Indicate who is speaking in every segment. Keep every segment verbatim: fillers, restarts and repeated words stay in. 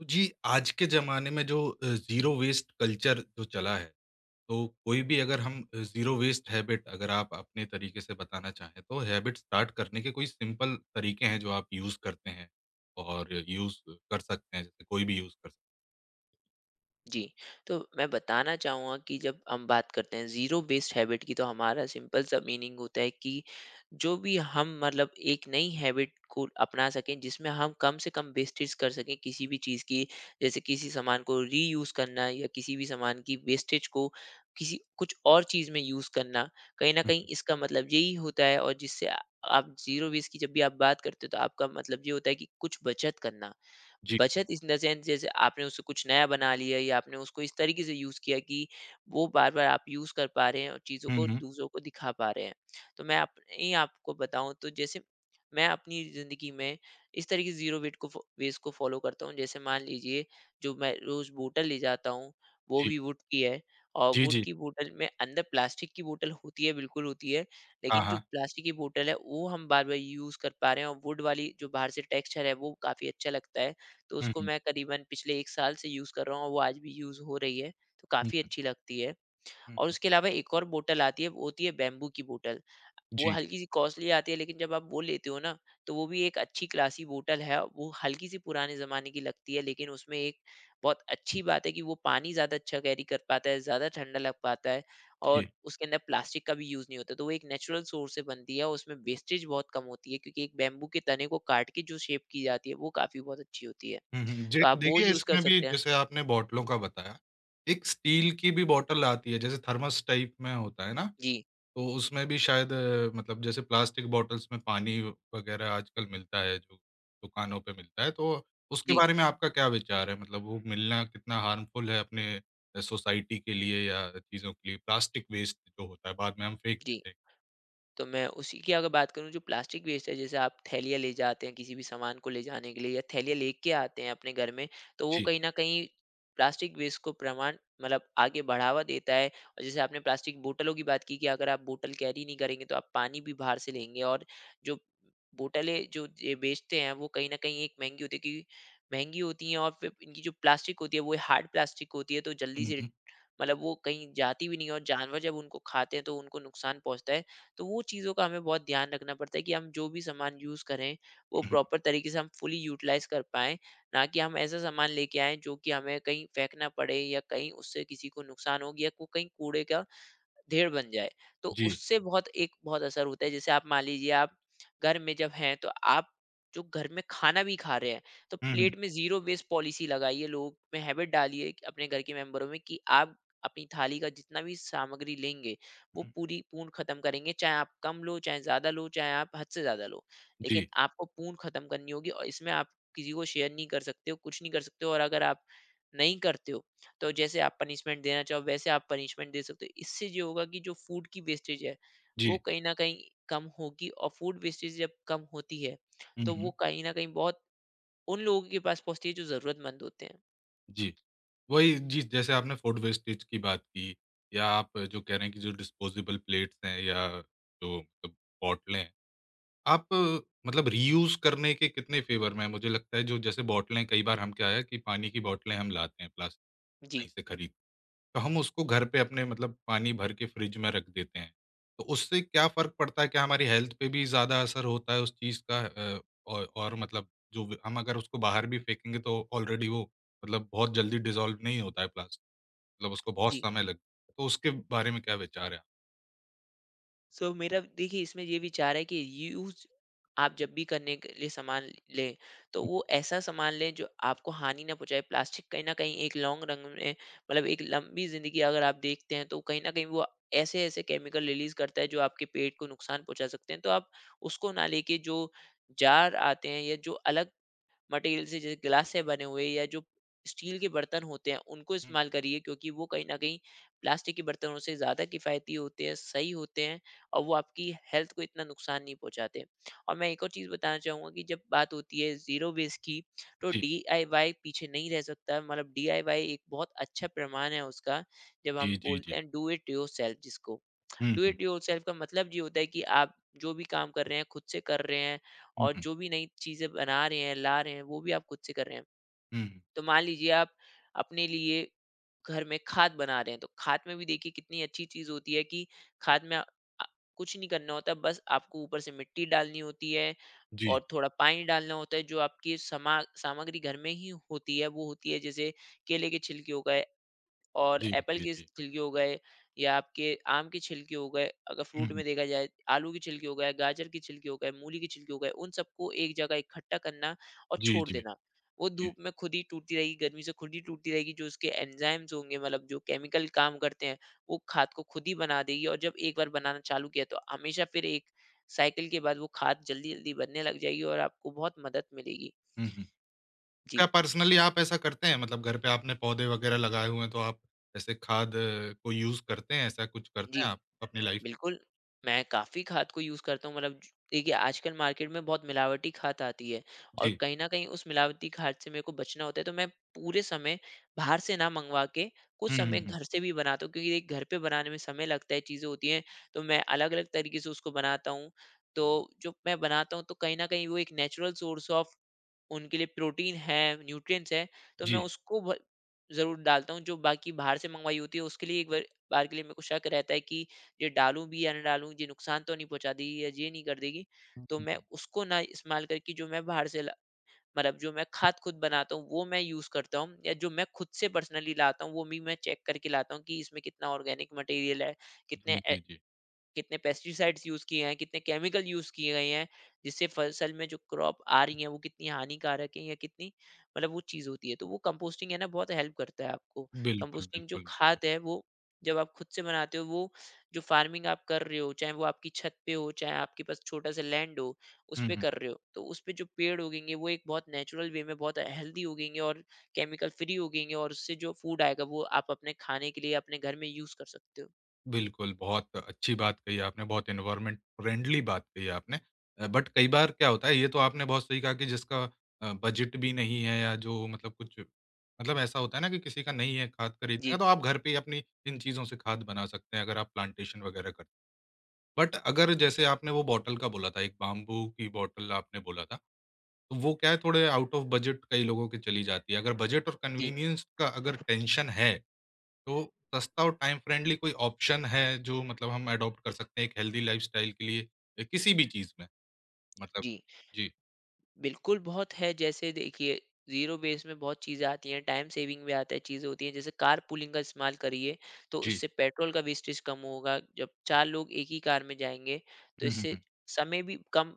Speaker 1: तो जी, आज के ज़माने में जो अ, ज़ीरो वेस्ट कल्चर जो चला है, तो कोई भी अगर हम अ, ज़ीरो वेस्ट हैबिट अगर आप अपने तरीके से बताना चाहें, तो हैबिट स्टार्ट करने के कोई सिंपल तरीके हैं जो आप यूज़ करते हैं और यूज़ कर सकते हैं, जैसे कोई भी यूज़ कर सकता।
Speaker 2: जी, तो मैं बताना चाहूँगा कि जब हम बात करते हैं ज़ीरो बेस्ड हैबिट की, तो हमारा सिंपल सा मीनिंग होता है कि जो भी हम मतलब एक नई हैबिट को अपना सकें जिसमें हम कम से कम वेस्टेज कर सकें किसी भी चीज़ की। जैसे किसी सामान को रीयूज़ करना या किसी भी सामान की वेस्टेज को किसी कुछ और चीज़ में यूज़ करना। कहीं न
Speaker 1: हुँ,
Speaker 2: कहीं
Speaker 1: हुँ।
Speaker 2: इसका मतलब यही होता है, और जिससे आ- आप ज़ीरो वेस्ट की जब भी आप बात करते हो, तो आपका मतलब ये होता है कि कुछ बचत करना।
Speaker 1: जी।
Speaker 2: बचत इस द सेंस, जैसे आपने उससे कुछ नया बना लिया या आपने उसको इस तरीके से यूज़ किया कि वो बार-बार आप यूज़ कर पा रहे हैं और चीज़ों
Speaker 1: हुँ,
Speaker 2: को
Speaker 1: हुँ।
Speaker 2: दूसरों को दिखा पा रहे हैं। तो मैं अपनी आपको बताऊँ तो जैसे मैं अपनी ज़िंदगी में इस तरीके से ज़ीरो वेट को फ़ो वेस्ट को फ़ॉलो करता हूँ। जैसे मान लीजिए, जो मैं रोज़ बोतल ले जाता हूँ, वो
Speaker 1: जी।
Speaker 2: भी वुड की है। और
Speaker 1: जी,
Speaker 2: वुड
Speaker 1: जी।
Speaker 2: की बोतल में अंदर प्लास्टिक की बोतल होती है, बिल्कुल होती है।
Speaker 1: हाँ,
Speaker 2: लेकिन जो
Speaker 1: हाँ।
Speaker 2: प्लास्टिक की बोतल है, वो हम बार-बार यूज़ कर पा रहे हैं, और वुड वाली जो बाहर से टेक्सचर है, वो काफ़ी अच्छा लगता है। तो
Speaker 1: हुँ,
Speaker 2: उसको
Speaker 1: हुँ।
Speaker 2: मैं करीबन पिछले एक साल से यूज़ कर रहा हूँ और वो आज भी यूज़ हो रही है, तो
Speaker 1: हुँ,
Speaker 2: काफ़ी
Speaker 1: हुँ।
Speaker 2: अच्छी लगती है।
Speaker 1: हुँ,
Speaker 2: और
Speaker 1: हुँ।
Speaker 2: उसके अलावा एक और बॉटल आती है, वो होती है बैम्बू की बॉटल। वो
Speaker 1: जी,
Speaker 2: हल्की-सी कॉस्टली आती है, लेकिन जब आप वो लेते हो ना, तो वो भी एक अच्छी क्लासी बॉटल है। वो हल्की-सी पुराने ज़माने की लगती है, लेकिन उसमें एक बहुत अच्छी बात है कि वो पानी ज़्यादा अच्छा कैरी कर पाता है, ज़्यादा ठंडा लग पाता है, और
Speaker 1: जी।
Speaker 2: उसके अंदर प्लास्टिक का भी यूज़ नहीं होता। तो वो एक नेचुरल सोर्स से बनती है और उसमें वेस्टेज बहुत कम होती है, क्योंकि एक बैम्बू के तने को काट के जो शेप की जाती है, वो काफ़ी बहुत अच्छी होती है।
Speaker 1: हुँ, हुँ। जे
Speaker 2: तो आप वो
Speaker 1: देखिए,
Speaker 2: यूज़ कर
Speaker 1: इसमें भी
Speaker 2: सकते हैं।
Speaker 1: जैसे आपने बॉटलों का बताया, एक स्टील की भी बॉटल आती है, जैसे थर्मस टाइप में होता है ना?
Speaker 2: जी,
Speaker 1: तो उसमें भी शायद अ, मतलब जैसे प्लास्टिक बॉटल्स में पानी वगैरह आजकल मिलता है जो दुकानों पे मिलता है, तो उसके
Speaker 2: जी,
Speaker 1: बारे में आपका क्या विचार है? मतलब वो मिलना कितना हार्मफुल है अपने अ, सोसाइटी के लिए या चीज़ों के लिए? प्लास्टिक वेस्ट जो होता है बाद में हम फेंक
Speaker 2: जी।
Speaker 1: देते हैं।
Speaker 2: तो मैं उसी की अगर बात करूँ, जो प्लास्टिक वेस्ट है, जैसे आप थैलियाँ ले जाते हैं किसी भी सामान को ले जाने के लिए, या थैलियाँ लेके आते हैं अपने घर में, तो वो
Speaker 1: जी।
Speaker 2: कहीं ना कहीं प्लास्टिक वेस्ट को प्रमाण मतलब आगे बढ़ावा देता है। और जैसे आपने प्लास्टिक बोतलों की बात की कि अगर आप बोतल कैरी नहीं करेंगे, तो आप पानी भी बाहर से लेंगे, और जो बोतलें जो ये बेचते हैं, वो कहीं ना कहीं एक महंगी होती है, क्योंकि महंगी होती हैं, और फिर इनकी जो प्लास्टिक होती है, वो हार्ड प्लास्टिक होती है, तो जल्दी
Speaker 1: हुँ,
Speaker 2: से
Speaker 1: हुँ,
Speaker 2: मतलब वो कहीं जाती भी नहीं है, और जानवर जब उनको खाते हैं, तो उनको नुकसान पहुंचता है। तो वो चीज़ों का हमें बहुत ध्यान रखना पड़ता है कि हम जो भी सामान यूज़ करें, वो
Speaker 1: हुँ, हुँ।
Speaker 2: प्रॉपर तरीके से हम फुली यूटिलाइज कर पाएँ, ना कि हम ऐसा सामान लेके आएँ जो कि हमें कहीं फेंकना पड़े, या कहीं उससे किसी को नुकसान हो गया, या को कहीं कूड़े का ध्येय बन जाए। तो
Speaker 1: जी।
Speaker 2: उससे बहुत एक बहुत असर होता है। जैसे आप मान लीजिए, आप घर में जब हैं, तो आप जो घर में खाना भी खा रहे हैं, तो
Speaker 1: हुँ, हुँ,
Speaker 2: प्लेट में ज़ीरो वेस्ट पॉलिसी लगाइए, लोग में हैबिट डालिए कि अपने घर के मेंबरों में कि आप अपनी थाली का जितना भी सामग्री लेंगे, वो
Speaker 1: हुँ।
Speaker 2: पूरी पूर्ण ख़त्म करेंगे। चाहे आप कम लो, चाहे ज़्यादा लो, चाहे आप हद से ज़्यादा लो। लेकिन
Speaker 1: जी,
Speaker 2: आपको पूर्ण ख़त्म करनी होगी, और इसमें आप किसी को शेयर नहीं कर सकते हो, कुछ नहीं कर सकते हो, और अगर आप नहीं करते हो, तो जैसे आप पनिशमेंट देना चाहो वैसे आप पनिशमेंट दे सकते हो। इससे ये होगा कि जो फूड की वेस्टेज है,
Speaker 1: जी।
Speaker 2: वो कहीं ना कहीं कम होगी, और फूड वेस्टेज जब कम होती है,
Speaker 1: हुँ,
Speaker 2: तो वो
Speaker 1: हुँ।
Speaker 2: कहीं ना कहीं बहुत उन लोगों के पास पहुंचती है जो जरूरतमंद होते हैं।
Speaker 1: जी। वही जी, जैसे आपने फूड वेस्टेज की बात की या आप जो कह रहे हैं कि जो डिस्पोज़ेबल प्लेट्स हैं या जो मतलब बॉटलें हैं आप अ, मतलब रीयूज़ करने के कितने फ़ेवर में हैं? मुझे लगता है जो जैसे बॉटलें कई बार हम क्या है कि पानी की बॉटलें हम लाते हैं प्लास्टिक
Speaker 2: जी,
Speaker 1: कहीं से खरीद, तो हम उसको घर पे अपने मतलब पानी भर के फ्रिज में रख देते हैं। तो उससे क्या फ़र्क पड़ता है? क्या हमारी हेल्थ पे भी ज़्यादा असर होता है उस चीज़ का? अ, और और मतलब जो व हम अगर उसको बाहर भी फेंकेंगे तो ऑलरेडी वो मतलब बहुत जल्दी डिज़ॉल्व नहीं होता है प्लास्टिक, मतलब उसको बहुत
Speaker 2: जी।
Speaker 1: समय लग, तो उसके बारे में क्या विचार है?
Speaker 2: सो so, मेरा देखिए इसमें ये विचार है कि यूज आप जब भी करने के लिए सामान लें, तो
Speaker 1: हुँ,
Speaker 2: वो ऐसा सामान लें जो आपको हानि ना पहुंचाए। प्लास्टिक कहीं ना कहीं एक लॉन्ग रन में मतलब एक लंबी जिंदगी अगर आप देखते हैं, तो कहीं ना कहीं वो ऐसे ऐसे केमिकल रिलीज करता है जो आपके पेट को नुकसान पहुंचा सकते हैं। तो आप उसको ना लेके जो जार आते हैं, या जो अलग मटेरियल से जैसे ग्लास से बने हुए, या जो स्टील के बर्तन होते हैं, उनको
Speaker 1: हुँ, हुँ।
Speaker 2: इस्तेमाल करिए, क्योंकि वो कहीं ना कहीं प्लास्टिक के बर्तनों से ज़्यादा किफ़ायती होते हैं, सही होते हैं, और वो आपकी हेल्थ को इतना नुकसान नहीं पहुंचाते। और मैं एक और चीज़ बताना चाहूँगा कि जब बात होती है ज़ीरो वेस्ट की, तो
Speaker 1: जी,
Speaker 2: डीआईवाई पीछे नहीं रह सकता। मतलब डीआईवाई एक बहुत अच्छा प्रमाण है उसका। जब
Speaker 1: जी,
Speaker 2: हम
Speaker 1: जी,
Speaker 2: बोलते
Speaker 1: जी।
Speaker 2: हैं डू इट योर सेल्फ, जिसको
Speaker 1: हुँ,
Speaker 2: डू
Speaker 1: हुँ।
Speaker 2: इट योर सेल्फ का मतलब ये होता है कि आप जो भी काम कर रहे हैं, खुद से कर रहे हैं,
Speaker 1: हुँ,
Speaker 2: और
Speaker 1: हुँ।
Speaker 2: जो भी नई चीज़ें बना रहे हैं, ला रहे हैं, वो भी आप खुद से कर रहे हैं।
Speaker 1: हुँ, हुँ।
Speaker 2: तो मान लीजिए, आप अपने लिए घर में खाद बना रहे हैं, तो खाद में भी देखिए कितनी अच्छी चीज़ होती है कि खाद में अ, कुछ नहीं करना होता, बस आपको ऊपर से मिट्टी डालनी होती है
Speaker 1: जी।
Speaker 2: और थोड़ा पानी डालना होता है, जो आपकी समा सामग्री घर में ही होती है। वो होती है जैसे केले के छिलके हो गए, और
Speaker 1: जी,
Speaker 2: एप्पल
Speaker 1: जी,
Speaker 2: के स
Speaker 1: जी।
Speaker 2: छिलके हो गए, या आपके आम के छिलके हो गए, अगर
Speaker 1: हुँ,
Speaker 2: फ्रूट
Speaker 1: हुँ।
Speaker 2: में देखा जाए, आलू के छिलके हो गए, गाजर के छिलके हो गए, मूली के छिलके हो गए, उन सबको एक जगह इकट्ठा करना और
Speaker 1: जी,
Speaker 2: छोड़
Speaker 1: जी,
Speaker 2: देना। वो
Speaker 1: जी।
Speaker 2: धूप में खुद ही टूटती रहेगी, गर्मी से खुद ही टूटती रहेगी, जो उसके एंजाइम्स होंगे मतलब जो केमिकल काम करते हैं, वो खाद को खुद ही बना देगी। और जब एक बार बनाना चालू किया, तो हमेशा फिर एक साइकिल के बाद वो खाद जल्दी-जल्दी बनने लग जाएगी और आपको बहुत मदद मिलेगी।
Speaker 1: हुँ, हुँ। क्या
Speaker 2: जी,
Speaker 1: पर्सनली आप ऐसा करते हैं? मतलब घर पे आपने पौधे वगैरह लगाए हुए हैं, तो आप ऐसे खाद अ, को यूज़ करते हैं, ऐसा कुछ
Speaker 2: जी।
Speaker 1: करते हैं आप अपनी लाइफ़।
Speaker 2: बिल्कुल, मैं काफ़ी खाद को यूज़ करता हूँ। मतलब ज देखिए, आजकल मार्केट में बहुत मिलावटी खाद आती है, और
Speaker 1: जी।
Speaker 2: कहीं न कहीं उस मिलावटी खाद से मेरे को बचना होता है, तो मैं पूरे समय बाहर से ना मँगवा के कुछ
Speaker 1: हुँ, हुँ,
Speaker 2: समय
Speaker 1: हुँ।
Speaker 2: घर से भी बनाता हूँ, क्योंकि घर पे बनाने में समय लगता है, चीज़ें होती हैं, तो मैं अलग-अलग तरीके से उसको बनाता हूँ। तो जो मैं बनाता हूँ, तो कहीं न कहीं वो एक नेचुरल सोर्स ऑफ उनके लिए प्रोटीन है, न्यूट्रिएंट्स हैं, तो मैं
Speaker 1: जी।
Speaker 2: उसको ब ज़रूर डालता हूँ। जो बाकी बाहर से मँगवाई होती है, उसके लिए एक बार बार के लिए मेरे को शक रहता है कि ये डालूँ भी या ना डालूँ, ये नुकसान तो नहीं पहुँचा देगी या ये नहीं कर देगी।
Speaker 1: हुँ,
Speaker 2: तो मैं
Speaker 1: हुँ।
Speaker 2: उसको ना इस्तेमाल करके जो मैं बाहर से ला मतलब जो मैं खाद खुद बनाता हूँ, वो मैं यूज़ करता हूँ, या जो मैं खुद से पर्सनली लाता हूँ, वो भी मैं चेक करके लाता हूँ कि इसमें कितना ऑर्गेनिक मटेरियल है, कितने
Speaker 1: जी, जी, जी।
Speaker 2: कितने पेस्टिसाइड्स यूज किए हैं, कितने केमिकल यूज किए गए हैं, जिससे फसल में जो क्रॉप आ रही है वो कितनी हानिकारक है या कितनी मतलब वो चीज़ होती है। तो वो कंपोस्टिंग है ना, बहुत हेल्प करता है आपको।
Speaker 1: बिल्कुल,
Speaker 2: कंपोस्टिंग जो
Speaker 1: बिल्कुल, बिल्कुल।
Speaker 2: खाद है, वो जब आप खुद से बनाते हो, वो जो फार्मिंग आप कर रहे हो, चाहे वो आपकी छत पे हो, चाहे आपके पास छोटा सा लैंड हो, उस
Speaker 1: हुँ,
Speaker 2: पे
Speaker 1: हुँ।
Speaker 2: कर रहे हो, तो उस पे जो पेड़ उगेंगे वो एक बहुत नेचुरल वे में बहुत हेल्दी उगेंगे और केमिकल फ्री उगेंगे, और उससे जो फूड आएगा वो आप अपने खाने के लिए अपने घर में यूज कर सकते हो।
Speaker 1: बिल्कुल, बहुत अच्छी बात कही आपने, बहुत एनवायरनमेंट फ्रेंडली बात कही आपने। अ, बट कई बार क्या होता है, ये तो आपने बहुत सही कहा कि जिसका अ, बजट भी नहीं है या जो मतलब कुछ मतलब ऐसा होता है ना कि किसी का नहीं है खाद खरीदने का,
Speaker 2: जी,
Speaker 1: तो आप घर पे ही अपनी इन चीज़ों से खाद बना सकते हैं, अगर आप प्लांटेशन वगैरह करते हैं। बट अगर जैसे आपने वो बॉटल का बोला था, एक बाम्बू की बॉटल आपने बोला था, तो वो क्या है थोड़े आउट ऑफ बजट कई लोगों की चली जाती है। अगर बजट और
Speaker 2: जी,
Speaker 1: कन्वीनियंस का अगर टेंशन है तो सस्ता और टाइम फ्रेंडली कोई ऑप्शन है जो मतलब हम एडॉप्ट कर सकते हैं एक हेल्दी लाइफ़स्टाइल के लिए अ, किसी भी चीज़ में मतलब?
Speaker 2: जी।
Speaker 1: जी,
Speaker 2: बिल्कुल, बहुत है। जैसे देखिए, ज़ीरो बेस में बहुत चीज़ें आती हैं, टाइम सेविंग भी आता है, चीज़ें होती हैं। जैसे कारपूलिंग का इस्तेमाल करिए, तो
Speaker 1: जी।
Speaker 2: उससे पेट्रोल का वेस्टेज कम होगा। जब चार लोग एक ही कार में जाएँगे, तो
Speaker 1: हुँ, हुँ,
Speaker 2: इससे
Speaker 1: हुँ।
Speaker 2: समय भी कम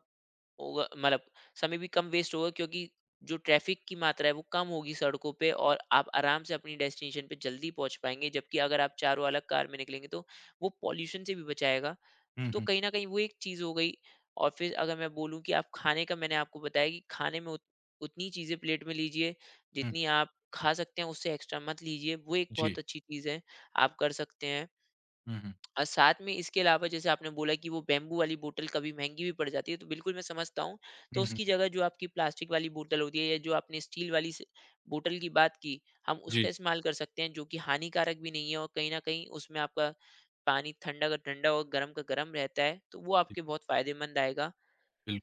Speaker 2: होगा, मतलब समय भी कम वेस्ट होगा, क्योंकि जो ट्रैफ़िक की मात्रा है, वो कम होगी सड़कों पे, और आप आराम से अपनी डेस्टिनेशन पे जल्दी पहुँच पाएँगे। जबकि अगर आप चारों अलग कार में निकलेंगे, तो वो पॉल्यूशन से भी बचाएगा,
Speaker 1: हुँ,
Speaker 2: तो
Speaker 1: हुँ,
Speaker 2: कहीं न कहीं वो एक चीज़ हो गई। और फिर अगर मैं बोलूँ कि आप खाने का, मैंने आपको बताया कि खाने में उत उतनी चीज़ें प्लेट में लीजिए,
Speaker 1: हुँ।
Speaker 2: जितनी आप खा सकते हैं, उससे एक्स्ट्रा मत लीजिए, वो एक
Speaker 1: जी।
Speaker 2: बहुत अच्छी चीज़ है, आप कर सकते हैं।
Speaker 1: हुँ, हुँ,
Speaker 2: और साथ में इसके अलावा जैसे आपने बोला कि वो बैम्बू वाली बोतल कभी महँगी भी पड़ जाती है, तो बिल्कुल मैं समझता हूँ। तो
Speaker 1: हुँ, हुँ।
Speaker 2: उसकी जगह जो आपकी प्लास्टिक वाली बोतल होती है, या जो आपने स्टील वाली स बोतल की बात की, हम उसका
Speaker 1: जी,
Speaker 2: इस्तेमाल कर सकते हैं जो कि हानिकारक भी नहीं है और कहीं न कहीं उसमें आपका पानी ठंडा का ठंडा और गर्म का गर्म रहता है, तो वो
Speaker 1: जी।
Speaker 2: आपके बहुत फायदेमंद आएगा।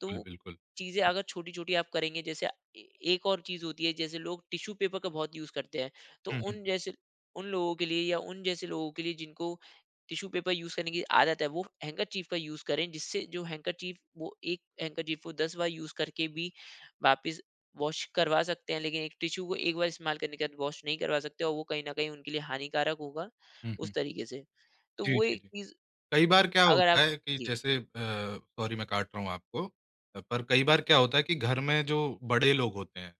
Speaker 2: तो वो
Speaker 1: बिल्कुल।
Speaker 2: चीज़ें अगर छोटी-छोटी आप करेंगे, जैसे ए एक और चीज़ होती है, जैसे लोग टिश्यू पेपर का बहुत यूज़ करते हैं, तो
Speaker 1: हुँ, हुँ,
Speaker 2: उन जैसे उन लोगों के लिए या उन जैसे लोगों के लिए जिनको टिश्यू पेपर यूज़ करने की आदत है, वो हैंकरचीफ का यूज़ करें, जिससे जो हैंकरचीफ वो एक हैंकरचीफ को दस बार यूज़ करके भी वापस वॉश करवा सकते हैं, लेकिन एक टिश्यू को एक बार इस्तेमाल करने के बाद वॉश नहीं करवा सकते और वो कहीं न कहीं उनके लिए हानिकारक होगा
Speaker 1: हुँ,
Speaker 2: उस
Speaker 1: हुँ।
Speaker 2: तरीके से। तो
Speaker 1: जी,
Speaker 2: वो
Speaker 1: जी,
Speaker 2: एक
Speaker 1: जी।
Speaker 2: चीज़।
Speaker 1: कई बार क्या
Speaker 2: अगर
Speaker 1: होता
Speaker 2: आप
Speaker 1: है कि
Speaker 2: जी,
Speaker 1: जैसे अ, सॉरी मैं काट रहा हूँ आपको। अ, पर कई बार क्या होता है कि घर में जो बड़े लोग होते हैं,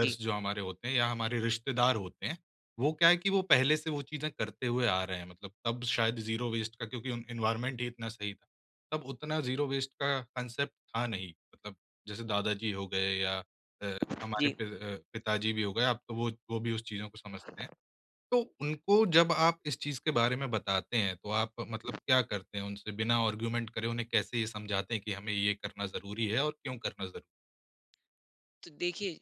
Speaker 2: जी,
Speaker 1: जो हमारे होते हैं या हमारे रिश्तेदार होते हैं, वो क्या है कि वो पहले से वो चीज़ें करते हुए आ रहे हैं मतलब तब शायद ज़ीरो वेस्ट का क्योंकि उन एनवायरनमेंट ही इतना सही था। तब उतना ज़ीरो वेस्ट का कांसेप्ट था नहीं, मतलब जैसे दादाजी हो गए या अ, हमारे
Speaker 2: जी।
Speaker 1: पि अ, पिताजी भी हो गए, अब तो वो वो भी उस चीज़ों को समझते हैं। तो उनको जब आप इस चीज़ के बारे में बताते हैं, तो आप मतलब क्या करते हैं उनसे? बिना आर्ग्यूमेंट करे उन्हें कैसे ये समझाते हैं कि हमें ये करना ज़रूरी है और क्यों करना ज़रूरी
Speaker 2: तो देखिए,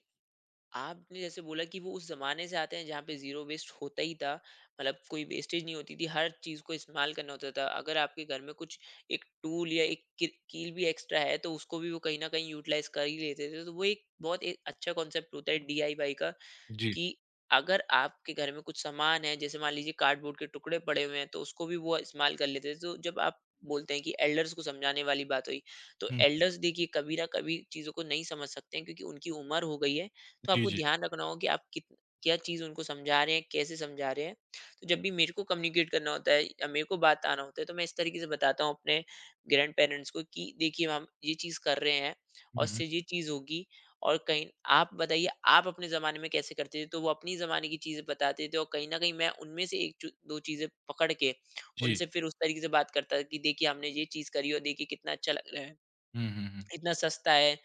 Speaker 2: आपने जैसे बोला कि वो उस ज़माने से आते हैं जहाँ पे ज़ीरो वेस्ट होता ही था। मतलब कोई वेस्टेज नहीं होती थी, हर चीज़ को इस्तेमाल करना होता था। अगर आपके घर में कुछ एक टूल या एक कि कील भी एक्स्ट्रा है, तो उसको भी वो कहीं न कहीं यूटिलाइज़ कर ही लेते थे। तो वो एक बहुत एक अच्छा कॉन्सेप्ट होता है डीआईवाई का,
Speaker 1: है? जी।
Speaker 2: कि अगर आपके घर में कुछ सामान है, जैसे मान लीजिए कार्डबोर्ड के टुकड़े पड़े हुए हैं, तो उसको भी वो इस्तेमाल कर लेते थे। तो जब आप बोलते हैं कि एल्डर्स को समझाने वाली बात हुई, तो
Speaker 1: हुँ।
Speaker 2: एल्डर्स देखिए कभी ना कभी चीज़ों को नहीं समझ सकते हैं क्योंकि उनकी उम्र हो गई है। तो
Speaker 1: जी,
Speaker 2: आपको
Speaker 1: जी।
Speaker 2: ध्यान रखना होगा कि आप कित क्या चीज़ उनको समझा रहे हैं, कैसे समझा रहे हैं। तो जब भी मेरे को कम्युनिकेट करना होता है या मेरे को बात आना होता है, तो मैं इस तरीके से बताता हूँ अपने ग्रैंड पेरेंट्स को कि देखिए, हम ये चीज़ कर रहे हैं और
Speaker 1: हुँ, हुँ।
Speaker 2: इससे ये चीज़ होगी और कहीं आप बताइए आप अपने ज़माने में कैसे करते थे? तो वो अपनी ज़माने की चीज़ें बताते थे और कहीं न कहीं मैं उनमें से एक चू दो चीज़ें पकड़ के
Speaker 1: जी।
Speaker 2: उनसे फिर उस तरीके से बात करता था कि देखिए, हमने ये चीज़ करी और देखिए कितना अच्छा लग रहा है,
Speaker 1: हुँ, हुँ, हुँ।
Speaker 2: इतना सस्ता है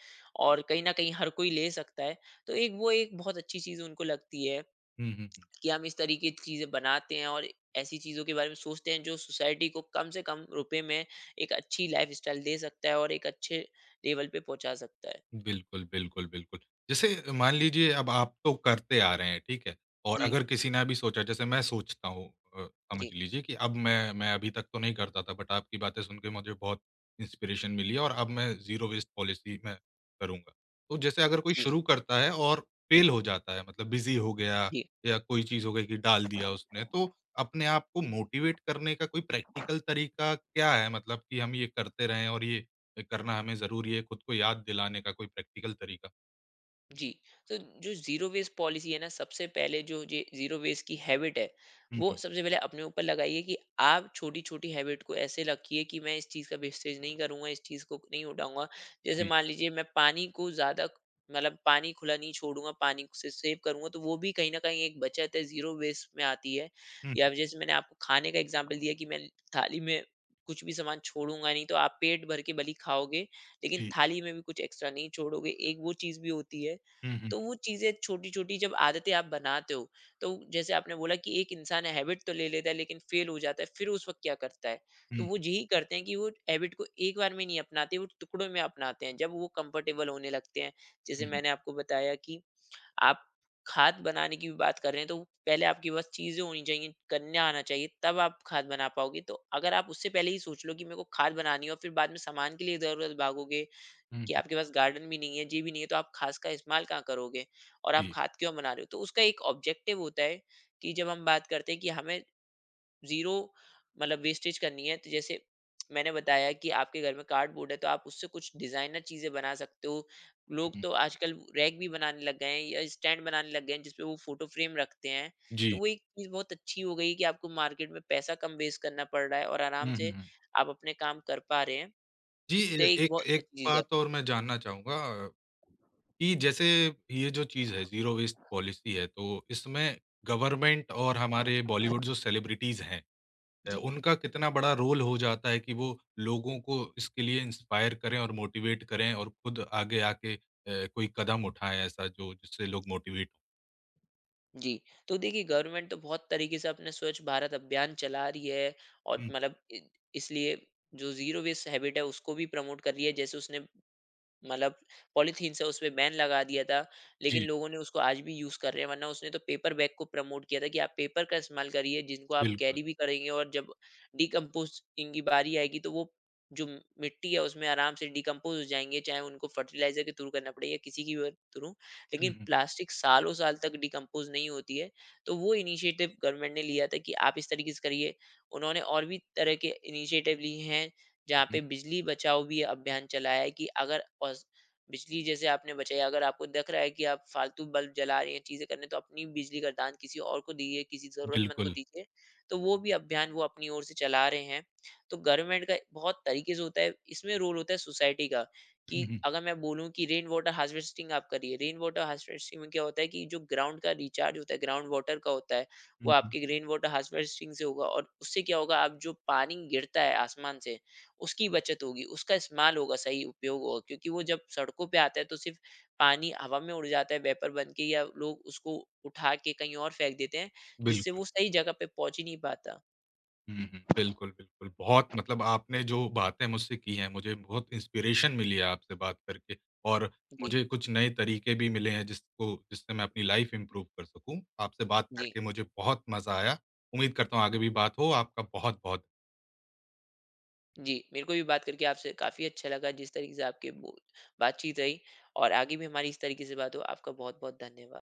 Speaker 2: और कहीं न कहीं हर कोई ले सकता है। तो एक वो एक बहुत अच्छी चीज़ उनको लगती है
Speaker 1: हुँ, हुँ।
Speaker 2: कि हम इस तरीके की चीज़ें बनाते हैं और ऐसी चीज़ों के बारे में सोचते हैं जो सोसाइटी को कम से कम रुपए में एक अच्छी लाइफ़स्टाइल दे सकता है और एक अच्छे लेवल पे पहुँचा सकता है।
Speaker 1: बिल्कुल, बिल्कुल, बिल्कुल। जैसे मान लीजिए अब आप तो करते आ रहे हैं, ठीक है? और
Speaker 2: जी,
Speaker 1: अगर किसी ने अभी सोचा जैसे मैं सोचता हूँ, अ, समझ
Speaker 2: जी,
Speaker 1: लीजिए कि अब मैं मैं अभी तक तो नहीं करता था बट आपकी बातें सुन के मुझे बहुत इंस्पिरेशन मिली है और अब मैं ज़ीरो वेस्ट पॉलिसी मैं करूँगा। तो जैसे अगर कोई
Speaker 2: जी,
Speaker 1: शुरू करता है और फेल हो जाता है मतलब बिज़ी हो गया
Speaker 2: जी।
Speaker 1: या कोई चीज़ हो गई कि डाल दिया उसने, तो अपने आप को मोटिवेट करने का कोई प्रैक्टिकल तरीका क्या है? मतलब कि हम ये करते रहें और ये करना हमें ज़रूरी है, खुद को याद दिलाने का कोई प्रैक्टिकल तरीका?
Speaker 2: जी, तो जो ज़ीरो वेस्ट पॉलिसी है ना, सबसे पहले जो जे ज़ीरो वेस्ट की हैबिट है,
Speaker 1: हुँ,
Speaker 2: वो
Speaker 1: हुँ।
Speaker 2: सबसे पहले अपने ऊपर लगाइए कि आप छोटी-छोटी हैबिट को ऐसे रखिए कि मैं इस चीज़ का वेस्टेज नहीं करूँगा, इस चीज़ को नहीं उठाऊँगा। जैसे
Speaker 1: जी।
Speaker 2: मान लीजिए मैं पानी को ज़्यादा मतलब पानी खुला नहीं छोड़ूँगा, पानी को से सेव करूँगा, तो वो भी कहीं न कहीं एक बचत है, ज़ीरो वेस्ट में आती है।
Speaker 1: हुँ, हुँ।
Speaker 2: या जैसे मैंने आपको खाने का एग्ज़ाम्पल दिया कि मैं थाली में कुछ भी सामान छोड़ूँगा नहीं, तो आप पेट भर के भले ही खाओगे, लेकिन
Speaker 1: जी।
Speaker 2: थाली में भी कुछ एक्स्ट्रा नहीं छोड़ोगे, एक वो चीज़ भी होती है।
Speaker 1: हुँ, हुँ।
Speaker 2: तो वो चीज़ें छोटी-छोटी जब आदतें आप बनाते हो, तो जैसे आपने बोला कि एक इंसान हैबिट तो ले लेता है लेकिन फेल हो जाता है, फिर उस वक़्त क्या करता है?
Speaker 1: हुँ,
Speaker 2: तो
Speaker 1: हुँ।
Speaker 2: वो यही करते हैं कि वो हैबिट को एक बार में नहीं अपनाते, वो टुकड़ों में अपनाते हैं, जब वो कंफर्टेबल होने लगते हैं। जैसे
Speaker 1: हुँ, हुँ।
Speaker 2: मैंने आपको बताया कि आप खाद बनाने की भी बात कर रहे हैं, तो पहले आपके पास चीजें होनी चाहिए, करना आना चाहिए, तब आप खाद बना पाओगे। तो अगर आप उससे पहले ही सोच लो कि मेरे को खाद बनानी है और फिर बाद में सामान के लिए इधर उधर भागोगे
Speaker 1: हुँ, हुँ।
Speaker 2: कि आपके पास गार्डन भी नहीं है, जी भी नहीं है, तो आप खाद का इस्तेमाल कहाँ करोगे और आप
Speaker 1: जी।
Speaker 2: खाद क्यों बना रहे हो? तो उसका एक ऑब्जेक्टिव होता है कि जब हम बात करते हैं कि हमें जीरो मतलब वेस्टेज करनी है, तो जैसे मैंने बताया कि आपके घर में कार्डबोर्ड है, तो आप उससे कुछ डिजाइनर चीजें बना सकते हो।
Speaker 1: हुँ,
Speaker 2: लोग
Speaker 1: हुँ।
Speaker 2: तो आजकल रैक भी बनाने लग गए हैं या स्टैंड बनाने लग गए हैं जिसपे वो फोटो फ्रेम रखते हैं। तो
Speaker 1: जी।
Speaker 2: वो एक चीज बहुत अच्छी हो गई कि आपको मार्केट में पैसा कम वेस्ट करना पड़ रहा है और आराम
Speaker 1: हुँ, हुँ,
Speaker 2: से
Speaker 1: हुँ।
Speaker 2: आप अपने काम कर पा रहे हैं।
Speaker 1: जी,
Speaker 2: तो
Speaker 1: ए
Speaker 2: ये एक
Speaker 1: एक
Speaker 2: बहुत
Speaker 1: एक
Speaker 2: अच्छी चीज है।
Speaker 1: बात और मैं जानना चाहूँगा कि जैसे ये जो चीज़ है ज़ीरो वेस्ट पॉलिसी है, तो इसमें गवर्नमेंट और हमारे बॉलीवुड जो सेलिब्रिटीज़ हैं, अ,
Speaker 2: जी।
Speaker 1: उनका कितना बड़ा रोल हो जाता है कि वो लोगों को इसके लिए इंस्पायर करें और मोटिवेट करें और खुद आगे आके अ, कोई कदम उठाएँ ऐसा जो जिससे लोग मोटिवेट हों?
Speaker 2: जी, तो देखिए, गवर्नमेंट तो बहुत तरीके से अपने स्वच्छ भारत अभियान चला रही है और
Speaker 1: हुँ।
Speaker 2: मतलब इ इसलिए जो ज़ीरो वेस्ट हैबिट है उसको भी प्रमोट कर रही है। जैसे उसने मतलब पॉलीथीन से उसपे बैन लगा दिया था, लेकिन
Speaker 1: जी,
Speaker 2: लोगों ने उसको आज भी यूज़ कर रहे हैं, वरना उसने तो पेपर बैग को प्रमोट किया था कि आप पेपर का इस्तेमाल करिए, जिनको आप
Speaker 1: बिल्कुल।
Speaker 2: कैरी भी करेंगे और जब डिकम्पोज़िंग की बारी आएगी, तो वो जो मिट्टी है, उसमें आराम से डिकम्पोज़ हो जाएँगे, चाहे उनको फर्टिलाइज़र के थ्रू करना पड़े या किसी की भी थ्रू।
Speaker 1: हुँ,
Speaker 2: लेकिन
Speaker 1: हुँ,
Speaker 2: प्लास्टिक सालों साल तक डिकम्पोज़ नहीं होती है, तो वो इनिशिएटिव गवर्नमेंट ने लिया था कि आप इस तरीके से करिए। उन्होंने और भी तरह के इनिशिएटिव लिए हैं जहाँ
Speaker 1: हुँ।
Speaker 2: पे बिजली बचाओ भी अभियान चलाया है कि अगर औस बिजली जैसे आपने बचाई, अगर आपको दिख रहा है कि आप फालतू बल्ब जला रही हैं, चीज़ें कर रही हैं, तो अपनी बिजली का दान किसी और को दीजिए, किसी ज़रूरतमंद को
Speaker 1: बिल्कुल।
Speaker 2: दीजिए। तो वो भी अभियान वो अपनी ओर से चला रहे हैं। तो गवर्नमेंट का बहुत तरीके से होता है, इसमें रोल होता है सोसाइटी का, कि
Speaker 1: हुँ, हुँ।
Speaker 2: अगर मैं बोलूँ कि रेन वाटर हार्वेस्टिंग आप करिए। रेन वाटर हार्वेस्टिंग में क्या होता है कि जो ग्राउंड का रिचार्ज होता है, ग्राउंड वाटर का होता है, वो
Speaker 1: हुँ, हुँ।
Speaker 2: आपके रेन वाटर हार्वेस्टिंग से होगा और उससे क्या होगा, आप जो पानी गिरता है आसमान से, उसकी बचत होगी, उसका इस्तेमाल होगा, सही उपयोग होगा। क्योंकि वो जब सड़कों पे आता है तो सिर्फ़ पानी हवा में उड़ जाता है वेपर बन के, या लोग उसको उठा के कहीं और फेंक देते हैं, जिससे
Speaker 1: बिल्कुल।
Speaker 2: वो सही जगह पे पहुँच ही नहीं पाता।
Speaker 1: हुँ, हुँ। बिल्कुल, बिल्कुल। बहुत मतलब आपने जो बातें मुझसे की हैं, मुझे बहुत इंस्पिरेशन मिली है आपसे बात करके और
Speaker 2: जी,
Speaker 1: मुझे कुछ नए तरीके भी मिले हैं जिसको जिससे मैं अपनी लाइफ़ इम्प्रूव कर सकूँ। आपसे बात
Speaker 2: जी,
Speaker 1: करके मुझे बहुत मज़ा आया। उम्मीद करता हूँ आगे भी बात हो। आपका बहुत-बहुत
Speaker 2: जी। मेरे को भी बात करके आपसे काफ़ी अच्छा लगा, जिस तरीके से आपके बो बातचीत रही और आगे भी हमारी इस तरीके से बात हो। आपका बहुत-बहुत धन्यवाद।